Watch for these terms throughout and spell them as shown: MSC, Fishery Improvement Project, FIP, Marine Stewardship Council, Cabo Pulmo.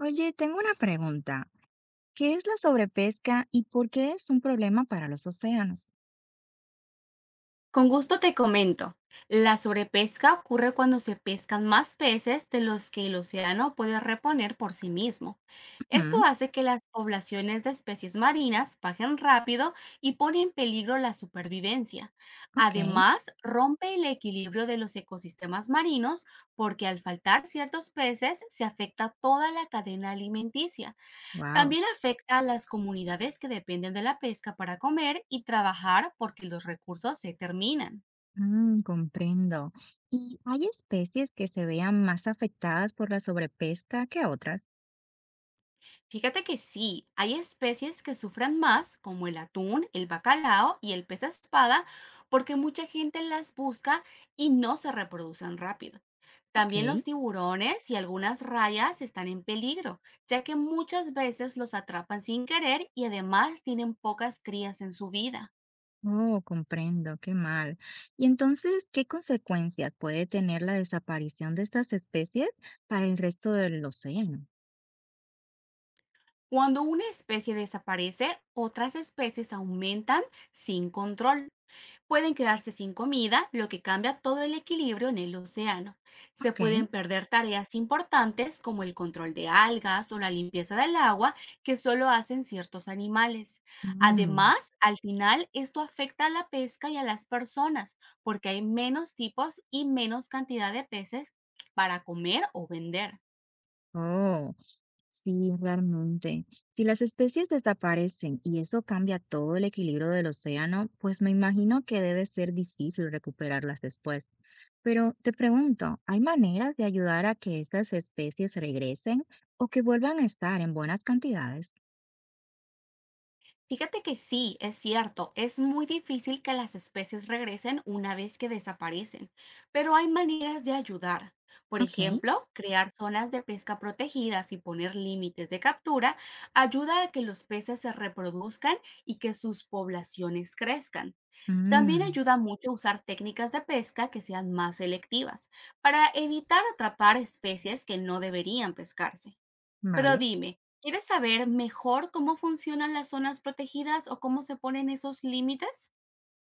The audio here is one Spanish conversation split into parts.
Oye, tengo una pregunta. ¿Qué es la sobrepesca y por qué es un problema para los océanos? Con gusto te comento. La sobrepesca ocurre cuando se pescan más peces de los que el océano puede reponer por sí mismo. Esto Ujú, hace que las poblaciones de especies marinas bajen rápido y pone en peligro la supervivencia. ok, Además, rompe el equilibrio de los ecosistemas marinos porque al faltar ciertos peces se afecta toda la cadena alimenticia, wow. también afecta a las comunidades que dependen de la pesca para comer y trabajar porque los recursos se terminan. Comprendo. ¿Y hay especies que se vean más afectadas por la sobrepesca que otras? Fíjate que sí, hay especies que sufren más, como el atún, el bacalao y el pez espada, porque mucha gente las busca y no se reproducen rápido. Ok. También los tiburones y algunas rayas están en peligro, ya que muchas veces los atrapan sin querer y además tienen pocas crías en su vida. Oh, comprendo, qué mal. Y entonces, ¿qué consecuencias puede tener la desaparición de estas especies para el resto del océano? Cuando una especie desaparece, otras especies aumentan sin control. Pueden quedarse sin comida, lo que cambia todo el equilibrio en el océano. Se Ok. pueden perder tareas importantes como el control de algas o la limpieza del agua que solo hacen ciertos animales. mm, Además, al final, esto afecta a la pesca y a las personas porque hay menos tipos y menos cantidad de peces para comer o vender. Oh. Sí, realmente. Si las especies desaparecen y eso cambia todo el equilibrio del océano, pues me imagino que debe ser difícil recuperarlas después. Pero te pregunto, ¿hay maneras de ayudar a que estas especies regresen o que vuelvan a estar en buenas cantidades? Fíjate que sí, es cierto, es muy difícil que las especies regresen una vez que desaparecen, pero hay maneras de ayudar. Por Ok, ejemplo, crear zonas de pesca protegidas y poner límites de captura ayuda a que los peces se reproduzcan y que sus poblaciones crezcan. También mm, ayuda mucho usar técnicas de pesca que sean más selectivas para evitar atrapar especies que no deberían pescarse. Pero vale. dime, ¿quieres saber mejor cómo funcionan las zonas protegidas o cómo se ponen esos límites?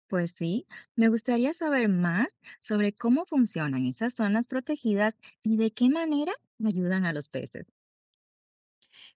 Pues sí, me gustaría saber más sobre cómo funcionan esas zonas protegidas y de qué manera ayudan a los peces.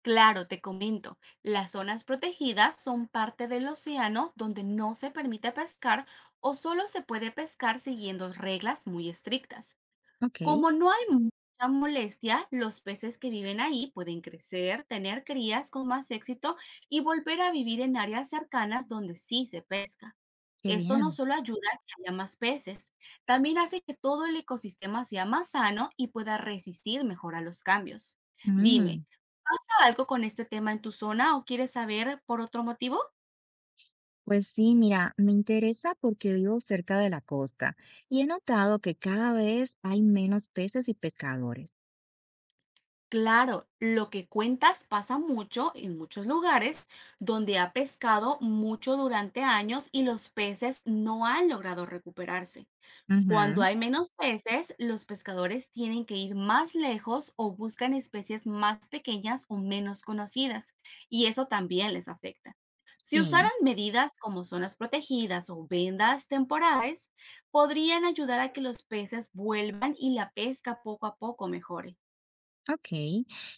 Claro, te comento. Las zonas protegidas son parte del océano donde no se permite pescar o solo se puede pescar siguiendo reglas muy estrictas. Ok, Como no hay mucha molestia, los peces que viven ahí pueden crecer, tener crías con más éxito y volver a vivir en áreas cercanas donde sí se pesca. qué Esto no bien. solo ayuda a que haya más peces, también hace que todo el ecosistema sea más sano y pueda resistir mejor a los cambios. Dime, Mm. ¿pasa algo con este tema en tu zona o quieres saber por otro motivo? Pues sí, mira, me interesa porque vivo cerca de la costa y he notado que cada vez hay menos peces y pescadores. Claro, lo que cuentas pasa mucho en muchos lugares donde ha pescado mucho durante años y los peces no han logrado recuperarse. Cuando Ujú, hay menos peces, los pescadores tienen que ir más lejos o buscan especies más pequeñas o menos conocidas, y eso también les afecta. Si sí, usaran medidas como zonas protegidas o vendas temporales, podrían ayudar a que los peces vuelvan y la pesca poco a poco mejore. ok.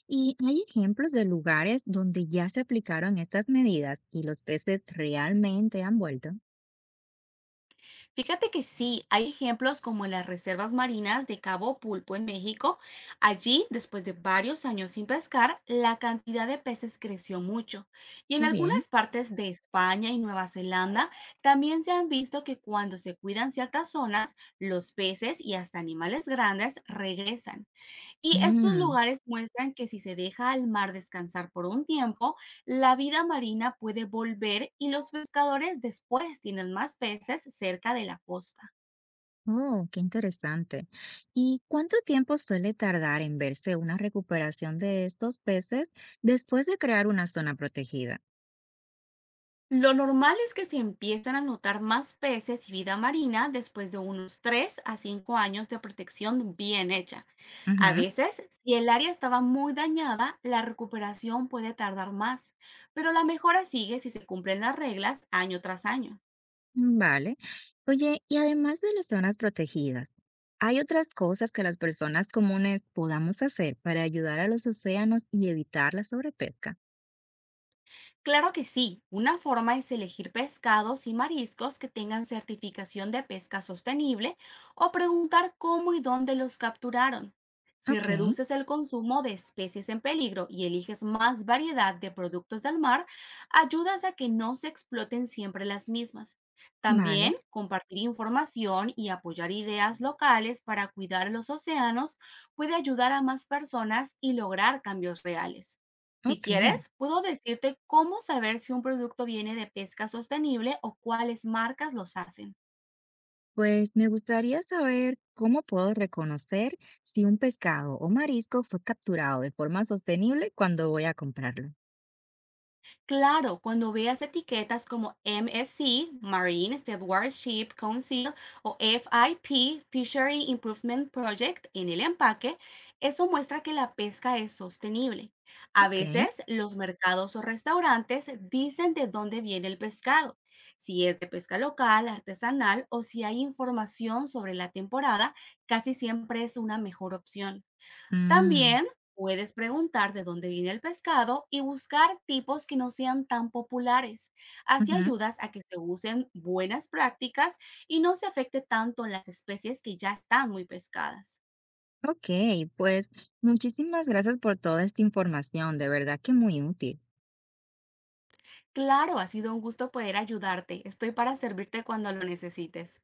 ¿Y hay ejemplos de lugares donde ya se aplicaron estas medidas y los peces realmente han vuelto? Fíjate que sí, hay ejemplos como en las reservas marinas de Cabo Pulpo en México. Allí, después de varios años sin pescar, la cantidad de peces creció mucho. Y en Qué bien. algunas partes de España y Nueva Zelanda también se han visto que cuando se cuidan ciertas zonas, los peces y hasta animales grandes regresan. Y estos Mm, lugares muestran que si se deja al mar descansar por un tiempo, la vida marina puede volver y los pescadores después tienen más peces cerca de la costa. oh, qué interesante. ¿Y cuánto tiempo suele tardar en verse una recuperación de estos peces después de crear una zona protegida? Lo normal es que se empiezan a notar más peces y vida marina después de unos 3 a 5 años de protección bien hecha. A Ujú. veces, si el área estaba muy dañada, la recuperación puede tardar más, pero la mejora sigue si se cumplen las reglas año tras año. Vale. Oye, y además de las zonas protegidas, ¿hay otras cosas que las personas comunes podamos hacer para ayudar a los océanos y evitar la sobrepesca? Claro que sí. Una forma es elegir pescados y mariscos que tengan certificación de pesca sostenible o preguntar cómo y dónde los capturaron. Si Ok, reduces el consumo de especies en peligro y eliges más variedad de productos del mar, ayudas a que no se exploten siempre las mismas. vale, También compartir información y apoyar ideas locales para cuidar los océanos puede ayudar a más personas y lograr cambios reales. Si ok. quieres, puedo decirte cómo saber si un producto viene de pesca sostenible o cuáles marcas los hacen. Pues me gustaría saber cómo puedo reconocer si un pescado o marisco fue capturado de forma sostenible cuando voy a comprarlo. Claro, cuando veas etiquetas como MSC, Marine Stewardship Council, o FIP, Fishery Improvement Project, en el empaque, eso muestra que la pesca es sostenible. A Ok. veces los mercados o restaurantes dicen de dónde viene el pescado, si es de pesca local, artesanal o si hay información sobre la temporada, casi siempre es una mejor opción. mm, También puedes preguntar de dónde viene el pescado y buscar tipos que no sean tan populares. Así ujú, ayudas a que se usen buenas prácticas y no se afecte tanto las especies que ya están muy pescadas. Ok, pues muchísimas gracias por toda esta información, de verdad que muy útil. Claro, ha sido un gusto poder ayudarte. Estoy para servirte cuando lo necesites.